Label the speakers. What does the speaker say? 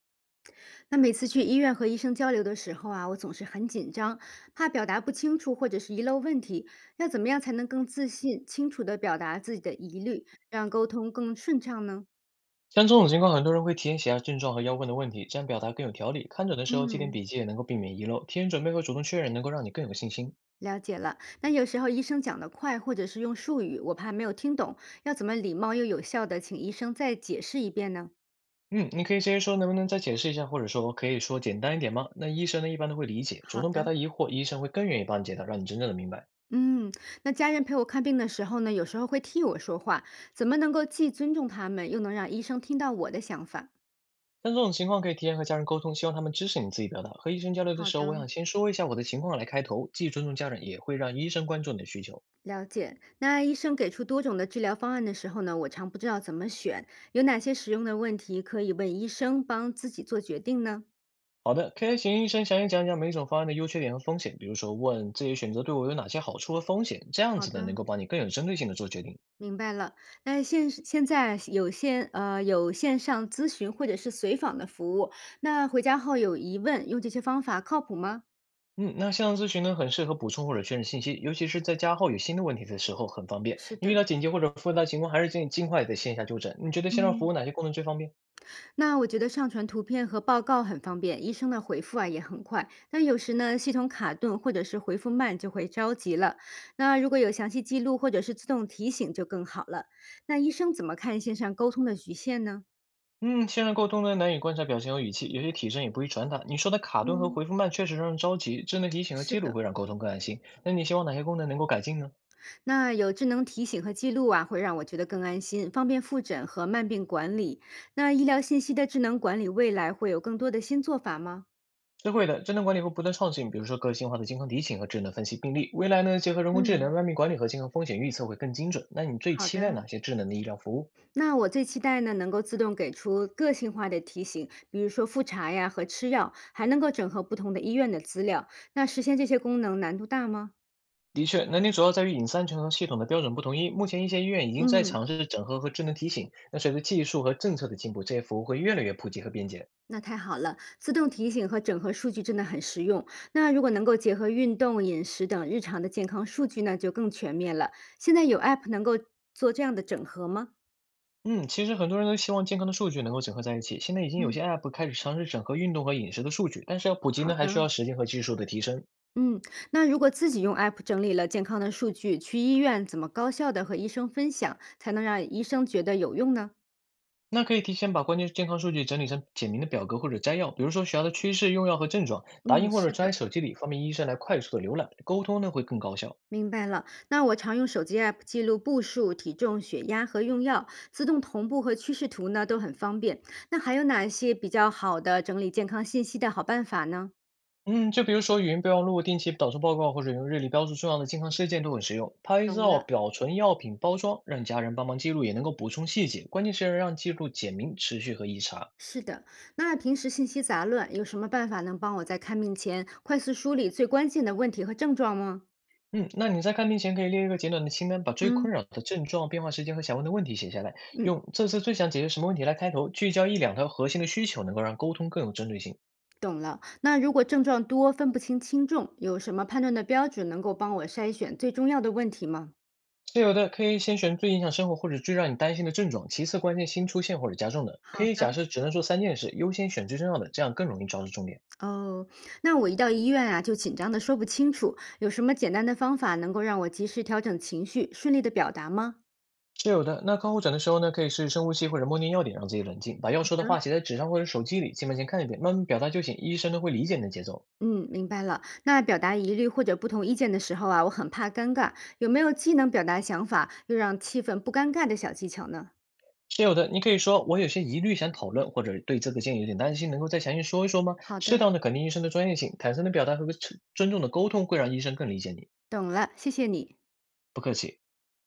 Speaker 1: 那每次去医院和医生交流的时候啊，我总是很紧张，怕表达不清楚或者是遗漏问题。要怎么样才能更自信、清楚地表达自己的疑虑，让沟通更顺畅呢？
Speaker 2: 像这种情况，很多人会提前写下症状和要问的问题，这样表达更有条理。看诊的时候记点
Speaker 1: 嗯，
Speaker 2: 笔记，也能够避免遗漏。提前准备和主动确认，能够让你更有信心。
Speaker 1: 了解了。那有时候医生讲得快，或者是用术语，我怕没有听懂，要怎么礼貌又有效地请医生再解释一遍呢？
Speaker 2: 嗯，你可以直接说能不能再解释一下，或者说可以说简单一点吗？那医生呢一般都会理解，主
Speaker 1: 好
Speaker 2: 动表
Speaker 1: 的。
Speaker 2: 达疑惑，医生会更愿意帮你解答，让你真正的明白。
Speaker 1: 嗯，那家人陪我看病的时候呢，有时候会替我说话，怎么能够既尊重他们，又能让医生听到我的想法？
Speaker 2: 像这种情况可以提前和家人沟通，希望他们支持你自己表达。和医生交流的
Speaker 1: 好
Speaker 2: 时候，我
Speaker 1: 的，
Speaker 2: 想先说一下我的情况来开头，既尊重家人，也会让医生关注你的需求。
Speaker 1: 了解。那医生给出多种的治疗方案的时候呢，我常不知道怎么选，有哪些实用的问题可以问医生帮自己做决定呢？
Speaker 2: 好的，可以请医生详细讲讲每一种方案的优缺点和风险，比如说问这些选择对我有哪些好处和风险，这样
Speaker 1: 好
Speaker 2: 子呢能
Speaker 1: 的，
Speaker 2: 够帮你更有针对性的做决定。
Speaker 1: 明白了。那现在有线有线上咨询或者是随访的服务，那回家后有疑问，用这些方法靠谱吗？
Speaker 2: 嗯，那线上咨询呢很适合补充或者确认信息，尤其是在加号有新的问题的时候很方便。
Speaker 1: 是
Speaker 2: 你遇
Speaker 1: 的，
Speaker 2: 到紧急或者复杂情况，还是建议尽快在线下就诊。你觉得线上服
Speaker 1: 嗯。
Speaker 2: 务哪些功能最方便？
Speaker 1: 那我觉得上传图片和报告很方便，医生的回复啊也很快。但有时呢，系统卡顿或者是回复慢，就会着急了。那如果有详细记录或者是自动提醒就更好了。那医生怎么看线上沟通的局限呢？
Speaker 2: 嗯，线上沟通呢难以观察表情和语气，有些体征也不易传达。你说的卡顿和
Speaker 1: 嗯，
Speaker 2: 回复慢确实让人着急，智能提醒和
Speaker 1: 是
Speaker 2: 记录
Speaker 1: 的，
Speaker 2: 会让沟通更安心。那你希望哪些功能能够改进呢？
Speaker 1: 那有智能提醒和记录啊，会让我觉得更安心，方便复诊和慢病管理。那医疗信息的智能管理，未来会有更多的新做法吗？
Speaker 2: 是会的，智能管理会不断创新，比如说个性化的健康提醒和智能分析病例。未来呢，结合人工智
Speaker 1: 嗯。
Speaker 2: 能、慢病管理和健康风险预测会更精准。那你最
Speaker 1: 好
Speaker 2: 期待
Speaker 1: 的，
Speaker 2: 哪些智能的医疗服务？
Speaker 1: 那我最期待呢，能够自动给出个性化的提醒，比如说复查呀和吃药，还能够整合不同的医院的资料。那实现这些功能难度大吗？
Speaker 2: 的确，难点主要在于隐私安全和系统的标准不统一。目前一些医院已经在
Speaker 1: 嗯，
Speaker 2: 尝试整合和智能提醒。那随着技术和政策的进步，这些服务会越来越普及和便捷。
Speaker 1: 那太好了，自动提醒和整合数据真的很实用。那如果能够结合运动、饮食等日常的健康数据，呢，就更全面了。现在有 App 能够做这样的整合吗？
Speaker 2: 嗯，其实很多人都希望健康的数据能够整合在一起。现在已经有
Speaker 1: 嗯，
Speaker 2: 些 App 开始尝试整合运动和饮食的数据，但是要普及
Speaker 1: 好
Speaker 2: 呢，还需
Speaker 1: 的，
Speaker 2: 要时间和技术的提升。
Speaker 1: 嗯，那如果自己用 App 整理了健康的数据，去医院怎么高效的和医生分享，才能让医生觉得有用呢？
Speaker 2: 那可以提前把关键健康数据整理成简明的表格或者摘要，比如说血压的趋势、用药和症状，打
Speaker 1: 嗯，
Speaker 2: 印或者
Speaker 1: 是
Speaker 2: 抓在
Speaker 1: 的，
Speaker 2: 手机里，方便医生来快速的浏览，沟通呢会更高效。
Speaker 1: 明白了。那我常用手机 app 记录步数、体重、血压和用药，自动同步和趋势图呢都很方便。那还有哪些比较好的整理健康信息的好办法呢？
Speaker 2: 嗯，就比如说语音备忘录、定期导出报告，或者用日历标注重要的健康事件都很实用。拍
Speaker 1: 懂
Speaker 2: 照、
Speaker 1: 了。
Speaker 2: 保存药品包装，让家人帮忙记录，也能够补充细节。关键是要让记录简明、持续和易查。
Speaker 1: 是的，那平时信息杂乱，有什么办法能帮我在看病前快速梳理最关键的问题和症状吗？
Speaker 2: 嗯，那你在看病前可以列一个简短的清单，把最
Speaker 1: 嗯，
Speaker 2: 困扰的症状、变化时间和想问的问题写下来，
Speaker 1: 嗯，
Speaker 2: 用“这次最想解决什么问题”来开头，聚焦一两条核心的需求，能够让沟通更有针对性。
Speaker 1: 懂了。那如果症状多，分不清轻重，有什么判断的标准能够帮我筛选最重要的问题吗？
Speaker 2: 是有的，可以先选最影响生活或者最让你担心的症状，其次关键新出现或者加重的，
Speaker 1: 好
Speaker 2: 可以假
Speaker 1: 的。
Speaker 2: 设只能说三件事，优先选最重要的，这样更容易抓住重点。
Speaker 1: 哦，那我一到医院啊，就紧张的说不清楚，有什么简单的方法能够让我及时调整情绪，顺利的表达吗？
Speaker 2: 是有的，那靠护诊的时候呢，可以试试深呼吸或者默念要点，让自己冷静，把要说的
Speaker 1: 嗯，
Speaker 2: 话写在纸上或者手机里，进门前看一遍，慢慢表达就行，医生都会理解你的节奏。
Speaker 1: 嗯，明白了。那表达疑虑或者不同意见的时候啊，我很怕尴尬，有没有既能表达想法，又让气氛不尴尬的小技巧呢？
Speaker 2: 是有的，你可以说我有些疑虑想讨论，或者对这个建议有点担心，能够再详细说一说吗？
Speaker 1: 好的，
Speaker 2: 适当的肯定医生的专业性，坦诚的表达和个尊重的沟通，会让医生更理解你。
Speaker 1: 懂了，谢谢你。
Speaker 2: 不客气。